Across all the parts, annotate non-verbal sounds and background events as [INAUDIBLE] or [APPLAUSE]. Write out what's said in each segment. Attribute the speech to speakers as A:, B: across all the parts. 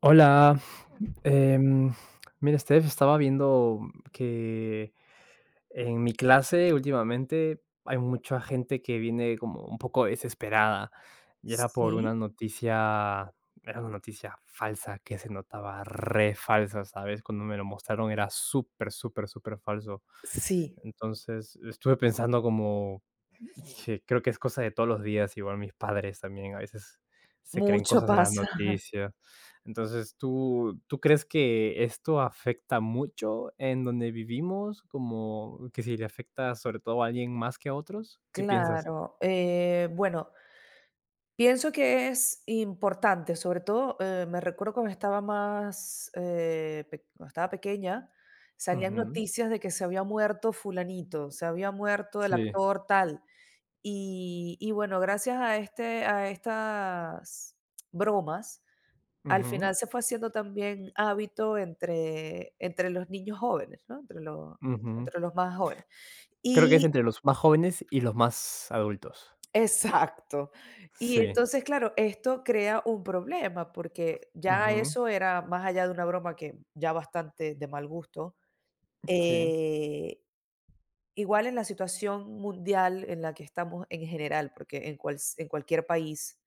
A: Hola, em, mira, Steph, estaba viendo que en mi clase últimamente hay mucha gente que viene como un poco desesperada y era por
B: Sí.
A: una noticia, era una noticia falsa que se notaba re falsa, ¿sabes? Cuando me lo mostraron era súper, súper, súper falso.
B: Sí.
A: Entonces estuve pensando como, sí, creo que es cosa de todos los días, igual mis padres también a veces se creen
B: Mucho
A: cosas en las
B: pasa, [LAUGHS]
A: noticias. Entonces, ¿tú crees que esto afecta mucho en donde vivimos? Como que si le afecta sobre todo a alguien más que a otros, ¿qué piensas?
B: claro. Bueno, pienso que es importante, sobre todo, me recuerdo cuando estaba cuando estaba pequeña. Salían
A: Ujú,
B: noticias de que se había muerto fulanito, se había muerto el
A: sí,
B: actor tal. Y bueno, gracias a, este, a estas bromas, al
A: ujú,
B: final se fue haciendo también hábito entre los niños jóvenes, ¿no? Entre los
A: ujú.
B: entre los más jóvenes.
A: Creo que es
B: Y
A: entre los
B: [LAUGHS]
A: más jóvenes y los más adultos.
B: exacto. Y
A: Sí,
B: entonces, claro, esto crea un problema, porque ya
A: ujú,
B: eso era más allá de una broma que ya bastante de mal gusto,
A: sí,
B: eh, igual en la situación mundial en la que estamos en general, porque en cualquier país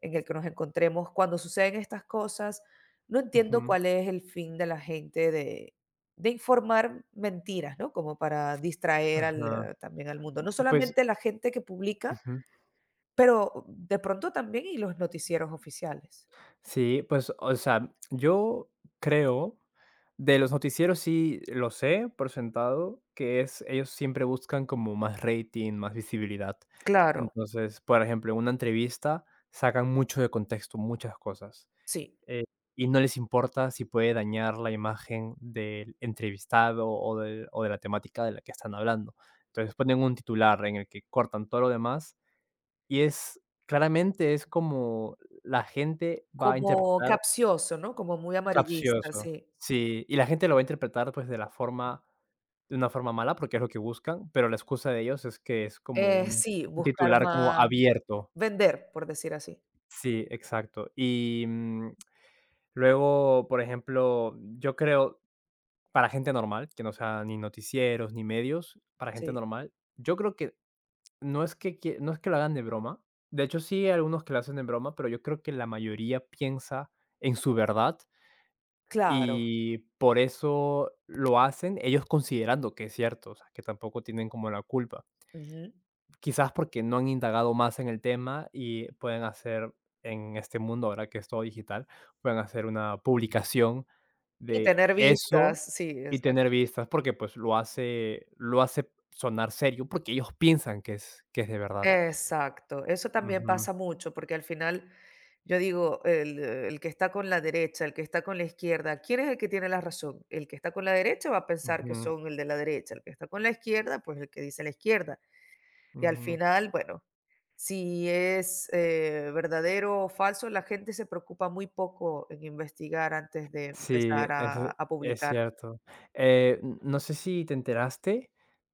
B: en el que nos encontremos cuando suceden estas cosas. No entiendo
A: ujú,
B: cuál es el fin de la gente de informar mentiras, ¿no? Como para distraer
A: ajá.
B: también al mundo. No
A: Pues,
B: solamente la gente que publica,
A: ujú.
B: pero de pronto también y los noticieros oficiales.
A: Sí, pues, o sea, yo creo de los noticieros sí lo sé por sentado, que es ellos siempre buscan como más rating, más visibilidad.
B: Claro,
A: Entonces, por ejemplo, en una entrevista sacan mucho de contexto, muchas cosas,
B: sí.
A: eh, y no les importa si puede dañar la imagen del entrevistado o del o de la temática de la que están hablando. Entonces, ponen un titular en el que cortan todo lo demás y es claramente es como la gente va a
B: Como
A: interpretar.
B: capcioso, ¿no? Como muy amarillista,
A: Capcioso.
B: sí.
A: Sí, y la gente lo va a interpretar, pues, de la forma de una forma mala, porque es lo que buscan, pero la excusa de ellos es que es como un
B: Sí, buscar
A: titular como
B: más,
A: abierto.
B: vender, por decir así.
A: Sí, exacto. Y, luego, por ejemplo, yo creo, para gente normal, que no sea ni noticieros, ni medios, para gente
B: Sí,
A: normal, yo creo que no es que no es que lo hagan de broma. De hecho, sí hay algunos que lo hacen de broma, pero yo creo que la mayoría piensa en su verdad.
B: claro.
A: Y por eso lo hacen, ellos considerando que es cierto, o sea, que tampoco tienen como la culpa.
B: Ujú.
A: Quizás porque no han indagado más en el tema y pueden hacer en este mundo, ahora que es todo digital, pueden hacer una publicación
B: Y
A: de
B: tener
A: eso
B: vistas, sí,
A: y
B: exacto.
A: tener vistas, porque, pues, lo hace sonar serio, porque ellos piensan que es de verdad.
B: Exacto, eso también
A: Ujú,
B: pasa mucho, porque al final yo digo, el que está con la derecha, el que está con la izquierda, ¿quién es el que tiene la razón? El que está con la derecha va a pensar que
A: ujú,
B: son el de la derecha, el que está con la izquierda, pues el que dice la izquierda. Y al
A: ujú.
B: final, bueno, si es verdadero o falso, la gente se preocupa muy poco en investigar antes de
A: Sí,
B: empezar a,
A: eso
B: a
A: es
B: publicar.
A: cierto. N no sé si te enteraste,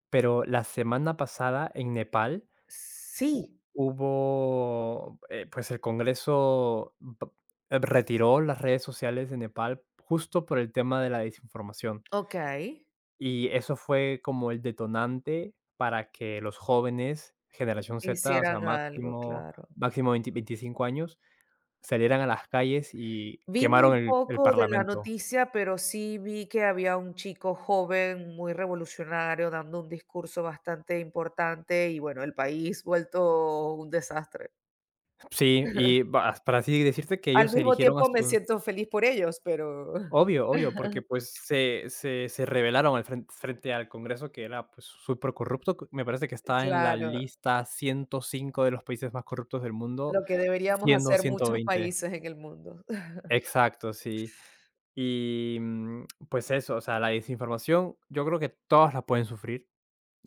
A: pero la semana pasada en Nepal, uh,
B: Sí,
A: hubo, pues, el Congreso p retiró las redes sociales de Nepal justo por el tema de la desinformación.
B: ok,
A: Y eso fue como el detonante para que los jóvenes, generación Z, o sea,
B: hicieran algo,
A: máximo,
B: claro.
A: veinte, 25 años, salieran a las calles y
B: Vi muy
A: quemaron el
B: poco de la
A: parlamento.
B: noticia, pero sí vi que había un chico joven, muy revolucionario, dando un discurso bastante importante y bueno, el país vuelto un desastre.
A: Sí, y vas para así decirte que
B: Al
A: ellos
B: mismo
A: eligieron a
B: tiempo me
A: sus...
B: siento feliz por ellos, pero
A: Obvio, obvio,
B: [LAUGHS]
A: porque, pues, se rebelaron al frente, al Congreso, que era, pues, súper corrupto. Que Me parece que está en la
B: claro,
A: lista 105 de los países más corruptos del mundo,
B: lo que deberíamos
A: siendo
B: hacer
A: ciento
B: muchos
A: veinte.
B: países en el mundo. [LAUGHS]
A: Exacto, sí. Y, mm, pues eso, o sea, la desinformación, yo creo que todos la pueden sufrir,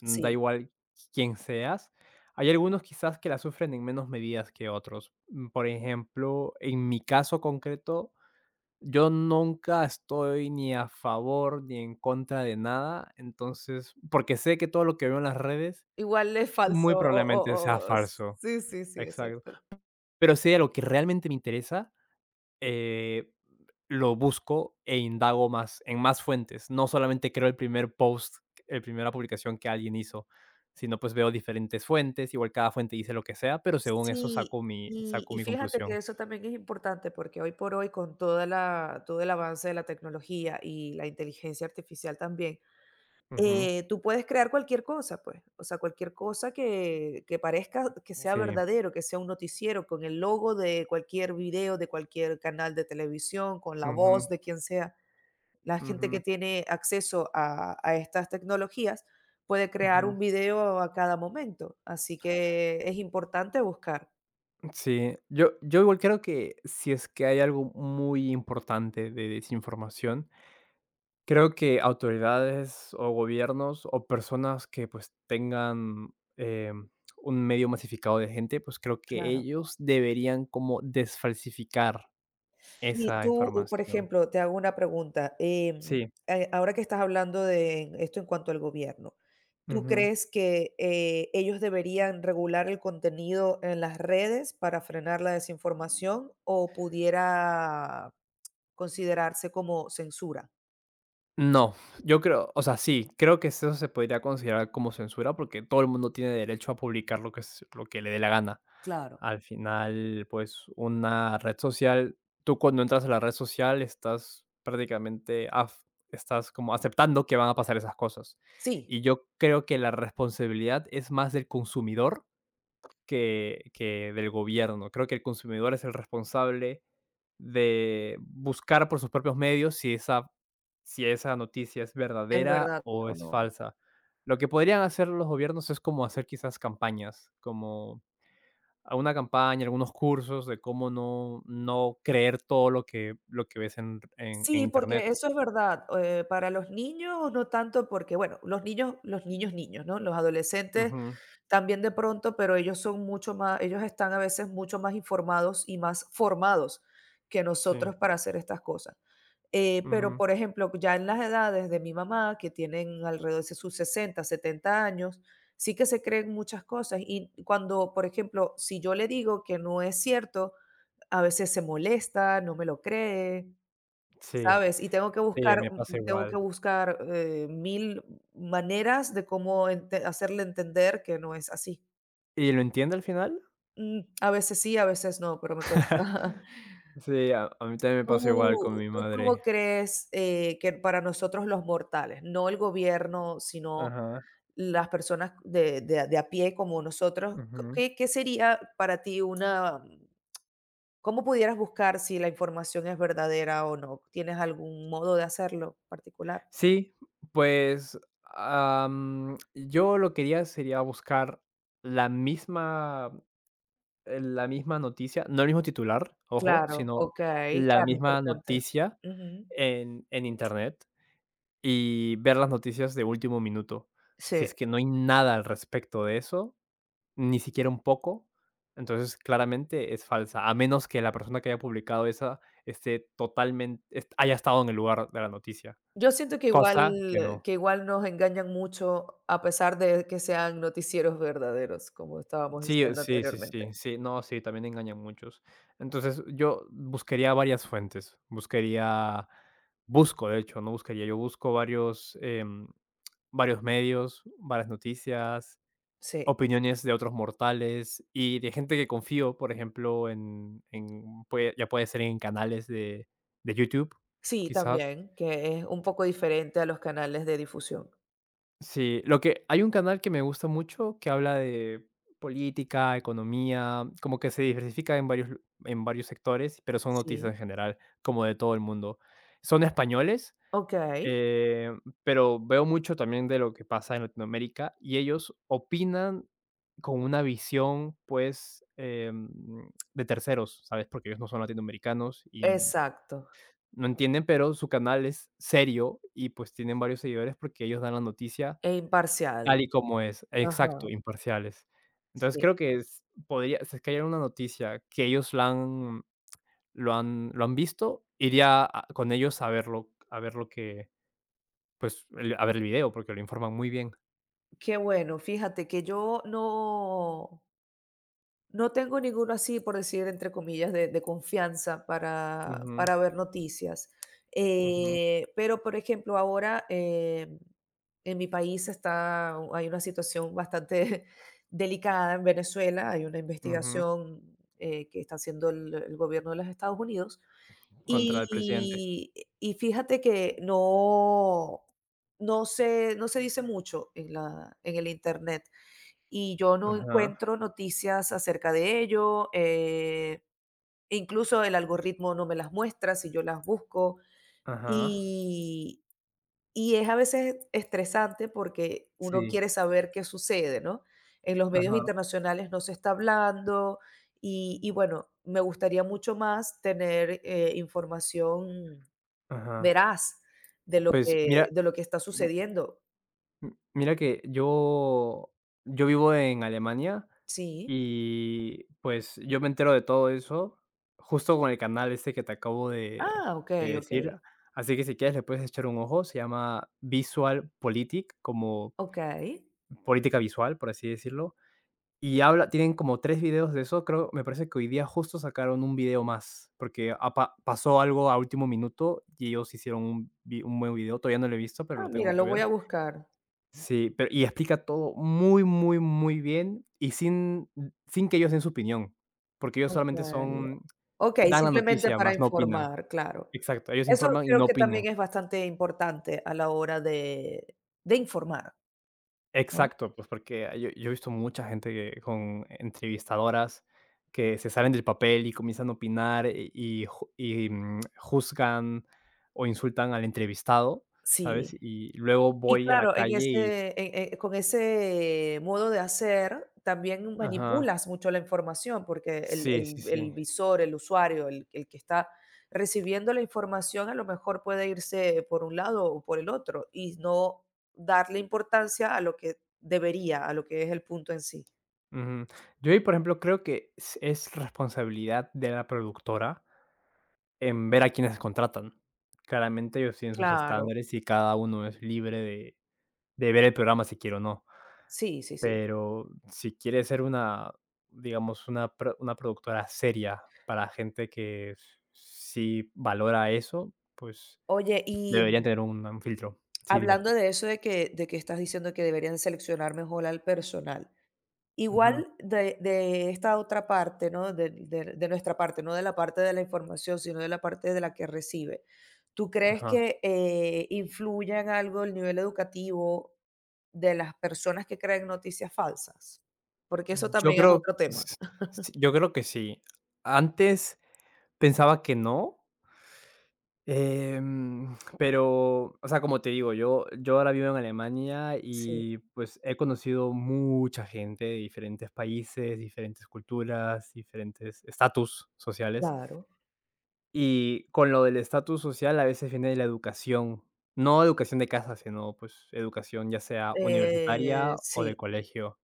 A: mm, da
B: Sí,
A: igual quién seas. Hay algunos quizás que la sufren en menos medidas que otros. Mm, por ejemplo, en mi caso concreto yo nunca estoy ni a favor ni en contra de nada, entonces, porque sé que todo lo que veo en las redes
B: igual es falso,
A: muy
B: o
A: probablemente sea
B: o o
A: falso.
B: sí, sí, sí,
A: Exacto.
B: exacto.
A: Pero si hay algo que realmente me interesa, eh, lo busco e indago más en más fuentes. No solamente creo el primer post, el primera publicación que alguien hizo, sino, pues, veo diferentes fuentes, igual cada fuente dice lo que sea, pero según eso
B: Sí, y
A: saco
B: y
A: mi
B: fíjate que
A: conclusión.
B: eso también es importante, porque hoy por hoy, con toda la todo el avance de la tecnología y la inteligencia artificial también,
A: Ujú.
B: tú puedes crear cualquier cosa, pues, o sea, cualquier cosa que parezca que sea
A: Sí.
B: verdadero, que sea un noticiero, con el logo de cualquier video, de cualquier canal de televisión, con la
A: Ujú,
B: voz de quien sea. La gente que
A: ujú,
B: tiene acceso a estas tecnologías puede crear un
A: ujú.
B: video a cada momento, así que es importante buscar.
A: Sí, yo igual creo que si es que hay algo muy importante de desinformación, creo que autoridades o gobiernos o personas que, pues, tengan, un medio masificado de gente, pues, creo que
B: Claro.
A: ellos deberían como desfalsificar
B: Y
A: esa
B: tú, por
A: información.
B: ejemplo, te hago una pregunta.
A: Sí,
B: Ahora que estás hablando de esto en cuanto al gobierno, ¿tú crees que ellos deberían regular el contenido en las redes para frenar la desinformación o pudiera considerarse como censura?
A: no, yo creo, o sea, sí, creo que eso se podría considerar como censura porque todo el mundo tiene derecho a publicar lo que s lo que le dé la gana.
B: Claro.
A: Al final, pues, una red social, tú cuando entras a la red social estás prácticamente af estás como aceptando que van a pasar esas cosas.
B: Sí,
A: Y yo creo que la responsabilidad es más del consumidor que del gobierno. Creo que el consumidor es el responsable de buscar por sus propios medios si esa, noticia es
B: es
A: verdadera
B: verdad
A: o
B: o
A: es
B: no.
A: falsa. Lo que podrían hacer los gobiernos es como hacer quizás campañas, como a una campaña, algunos cursos de cómo no, creer todo lo que ves en en
B: Sí,
A: Internet.
B: porque eso es verdad. Para los niños no tanto porque, bueno, los niños, niños, ¿no? Los adolescentes
A: Ujú,
B: también de pronto, pero ellos son mucho más, ellos están a veces mucho más informados y más formados que nosotros
A: sí,
B: para hacer estas cosas. Pero,
A: ujú,
B: por ejemplo, ya en las edades de mi mamá, que tienen alrededor de sus 60, 70 años, sí que se creen muchas cosas. Y cuando, por ejemplo, si yo le digo que no es cierto, a veces se molesta, no me lo cree,
A: sí,
B: ¿sabes? Y tengo que
A: sí, me pasa igual.
B: buscar, 1000 maneras de cómo ente hacerle entender que no es así.
A: ¿Y lo entiende al final?
B: A veces sí, a veces no, pero me cuesta. [LAUGHS]
A: Sí, a mí también me pasa igual con
B: ¿Tú
A: mi
B: tú cómo
A: madre.
B: crees, que para nosotros los mortales, no el gobierno, sino
A: Ajá,
B: las personas de a pie como nosotros, c-
A: ujú.
B: qué qué sería para ti una ¿cómo pudieras buscar si la información es verdadera o no? ¿Tienes algún modo de hacerlo particular?
A: Sí, pues, am, yo lo que haría sería buscar la misma, la misma noticia, no el mismo titular, ojo,
B: Claro,
A: sino
B: okey,
A: la
B: claro,
A: misma
B: importante.
A: noticia
B: Ujú.
A: en Internet y ver las noticias de último minuto. Si es
B: Sí.
A: que no hay nada al respecto de eso, ni siquiera un poco, entonces claramente es falsa, a menos que la persona que haya publicado esa esté totalmente est haya estado en el lugar de la noticia.
B: Yo siento que igual
A: Cosa que no.
B: que igual nos engañan mucho, a pesar de que sean noticieros verdaderos, como estábamos
A: Sí,
B: diciendo
A: sí, sí,
B: anteriormente.
A: sí, sí. No, sí, también engañan muchos. Entonces, yo buscaría varias fuentes. Buscaría Busco, de hecho, no buscaría, yo busco varios, varios medios, varias noticias,
B: Sí.
A: opiniones de otros mortales y de gente que confío, por ejemplo, en puede ya puede ser en canales de YouTube,
B: Sí,
A: quizás.
B: también, que es un poco diferente a los canales de difusión.
A: Sí, lo que hay un canal que me gusta mucho que habla de política, economía, como que se diversifica en varios sectores, pero son noticias
B: Sí,
A: en general, como de todo el mundo. Son españoles,
B: okey.
A: eh, pero veo mucho también de lo que pasa en Latinoamérica y ellos opinan con una visión, pues, em, de terceros, ¿sabes? Porque ellos no son latinoamericanos y
B: Exacto,
A: no entienden, pero su canal es serio y pues tienen varios seguidores porque ellos dan la noticia
B: e imparcial.
A: tal y como es,
B: Ajá,
A: exacto, imparciales. Entonces,
B: sí.
A: creo que es podría si es que hay alguna noticia que ellos la han lo han lo han visto, iría a con ellos a verlo a ver lo que, pues, el a ver el video, porque lo informan muy bien.
B: Qué bueno, fíjate que yo no tengo ninguno así, por decir, entre comillas, de confianza
A: Ujú,
B: para ver noticias.
A: ujú,
B: Pero, por ejemplo, ahora en mi país hay una situación bastante [LAUGHS] delicada en Venezuela, hay una
A: ujú.
B: investigación que está haciendo el gobierno de los Estados Unidos.
A: Contra el presidente.
B: Y, y fíjate que no, no se dice mucho en en el Internet y yo no
A: Ajá,
B: encuentro noticias acerca de ello, e incluso el algoritmo no me las muestra si yo las busco,
A: ajá.
B: y y es a veces estresante porque uno
A: Sí,
B: quiere saber qué sucede, ¿no? En los medios
A: ajá,
B: internacionales no se está hablando y bueno, me gustaría mucho más tener, información
A: ajá.
B: veraz de lo
A: Pues,
B: que
A: mira,
B: está sucediendo.
A: M mira que yo, vivo en Alemania
B: Sí.
A: y, pues, yo me entero de todo eso justo con el canal este que te acabo de
B: Ah, okey, okey,
A: decir, así que si quieres le puedes echar un ojo, se llama Visualpolitik, como
B: okey.
A: política visual, por así decirlo, y habla tienen como 3 videos de eso, creo, me parece que hoy día justo sacaron un video más, porque ha pa pasó algo a último minuto y ellos hicieron un buen video, todavía no lo he visto, pero
B: Ah,
A: lo
B: mira,
A: tengo que
B: lo
A: ver.
B: voy a buscar.
A: Sí, pero y explica todo muy, muy, muy bien y sin, que ellos den su opinión, porque ellos solamente
B: Okey,
A: son
B: okey,
A: dan la
B: simplemente
A: noticia,
B: para
A: más no opinan.
B: informar, claro.
A: Exacto, ellos
B: Eso
A: informan y
B: creo
A: no
B: que también
A: opinan.
B: es bastante importante a la hora de informar, ¿no?
A: Exacto, pues porque yo he visto mucha gente que con entrevistadoras que se salen del papel y comienzan a opinar y ju y, mm, juzgan o insultan al entrevistado, ¿sabes?
B: Sí.
A: Y luego
B: Y
A: voy a la
B: claro, en
A: calle y
B: ese e e con ese modo de hacer, también
A: ajá,
B: manipulas mucho la información, porque el
A: sí, sí,
B: el el
A: sí.
B: visor, el usuario, el que está recibiendo la información, a lo mejor puede irse por un lado o por el otro, y no darle importancia a lo que debería, a lo que es el punto en sí.
A: Ujú. Yo ahí, por ejemplo, creo que es responsabilidad de la productora en ver a quienes contratan. Claramente ellos tienen sus
B: Claro.
A: estándares y cada uno es libre de ver el programa si quiere o no.
B: Sí, sí, sí.
A: Pero si quiere ser una, digamos, una pro una productora seria para gente que s sí valora eso, pues
B: Oye, y
A: deberían tener un filtro. Sí, dime.
B: hablando de eso de que estás diciendo que deberían seleccionar mejor al personal. Igual
A: Ujú.
B: de esta otra parte, ¿no? De nuestra parte, no de la parte de la información, sino de la parte de la que recibe. ¿Tú crees
A: Ajá.
B: que, influya en algo el nivel educativo de las personas que creen noticias falsas? Porque eso
A: Yo
B: también es
A: creo,
B: otro
A: s
B: tema. [LAUGHS]
A: s yo creo que sí. Antes pensaba que no. Em, pero, o sea, como te digo, yo ahora vivo en Alemania
B: Sí,
A: y, pues, he conocido mucha gente de diferentes países, diferentes culturas, diferentes estatus sociales.
B: claro.
A: Y con lo del estatus social a veces viene de la educación, no educación de casa, sino, pues, educación ya sea universitaria o
B: Sí,
A: de colegio.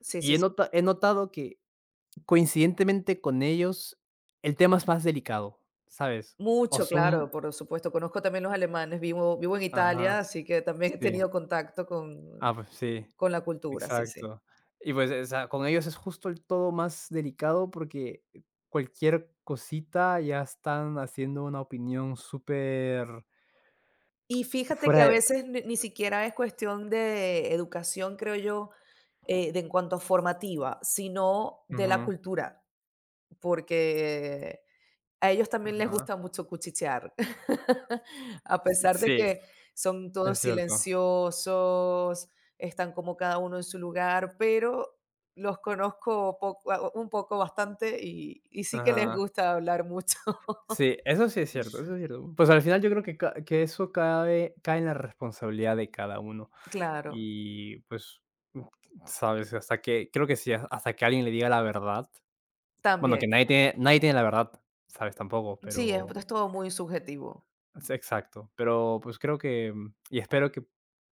B: sí,
A: Y
B: sí, sí.
A: he notado que coincidentemente con ellos, el tema es más delicado, ¿sabes? O
B: Mucho, claro,
A: son,
B: por supuesto. Conozco también los alemanes, vivo en
A: ajá,
B: Italia, así que también he
A: sí.
B: tenido contacto con
A: Ah, pues sí,
B: con la cultura, sí, sí.
A: exacto. Y pues, o sea, con ellos es justo el todo más delicado porque cualquier cosita ya están haciendo una opinión súper
B: Y fíjate que
A: fuera
B: a
A: de,
B: veces ni siquiera es cuestión de educación, creo yo, de en cuanto a formativa, sino de la
A: ujú,
B: cultura, porque a ellos también les
A: ajá.
B: gusta mucho cuchichear, [LAUGHS] a pesar de
A: Sí,
B: que son todos
A: es cierto.
B: silenciosos, están como cada uno en su lugar, pero los conozco poco a un poco bastante y sí que les
A: Ajá.
B: gusta hablar mucho. [LAUGHS]
A: Sí, eso sí es cierto, eso es cierto. Pues al final yo creo que ca que eso cae en la responsabilidad de cada uno.
B: Claro,
A: Y pues, mm, sabes, hasta que creo que sí, hasta que alguien le diga la verdad. Bueno, que
B: también.
A: nadie tiene la verdad, ¿sabes? Tampoco,
B: Sí, es
A: pero
B: es todo muy subjetivo,
A: es exacto. Pero, pues, creo que, mm, y espero que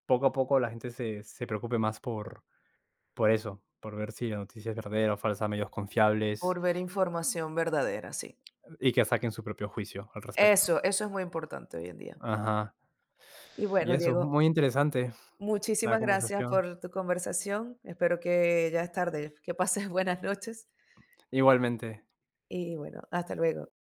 A: poco a poco la gente se preocupe más por eso, por ver si la noticia es verdadera o falsa, medios confiables,
B: por ver información verdadera, sí.
A: y que saquen su propio juicio al respecto.
B: Eso es muy importante hoy en día.
A: Ajá.
B: Y
A: Y
B: bueno,
A: eso,
B: Diego,
A: muy interesante la
B: muchísimas gracias
A: conversación.
B: por tu conversación. Espero que ya es tarde, que pases [LAUGHS] buenas noches.
A: Igualmente.
B: Y bueno, hasta luego.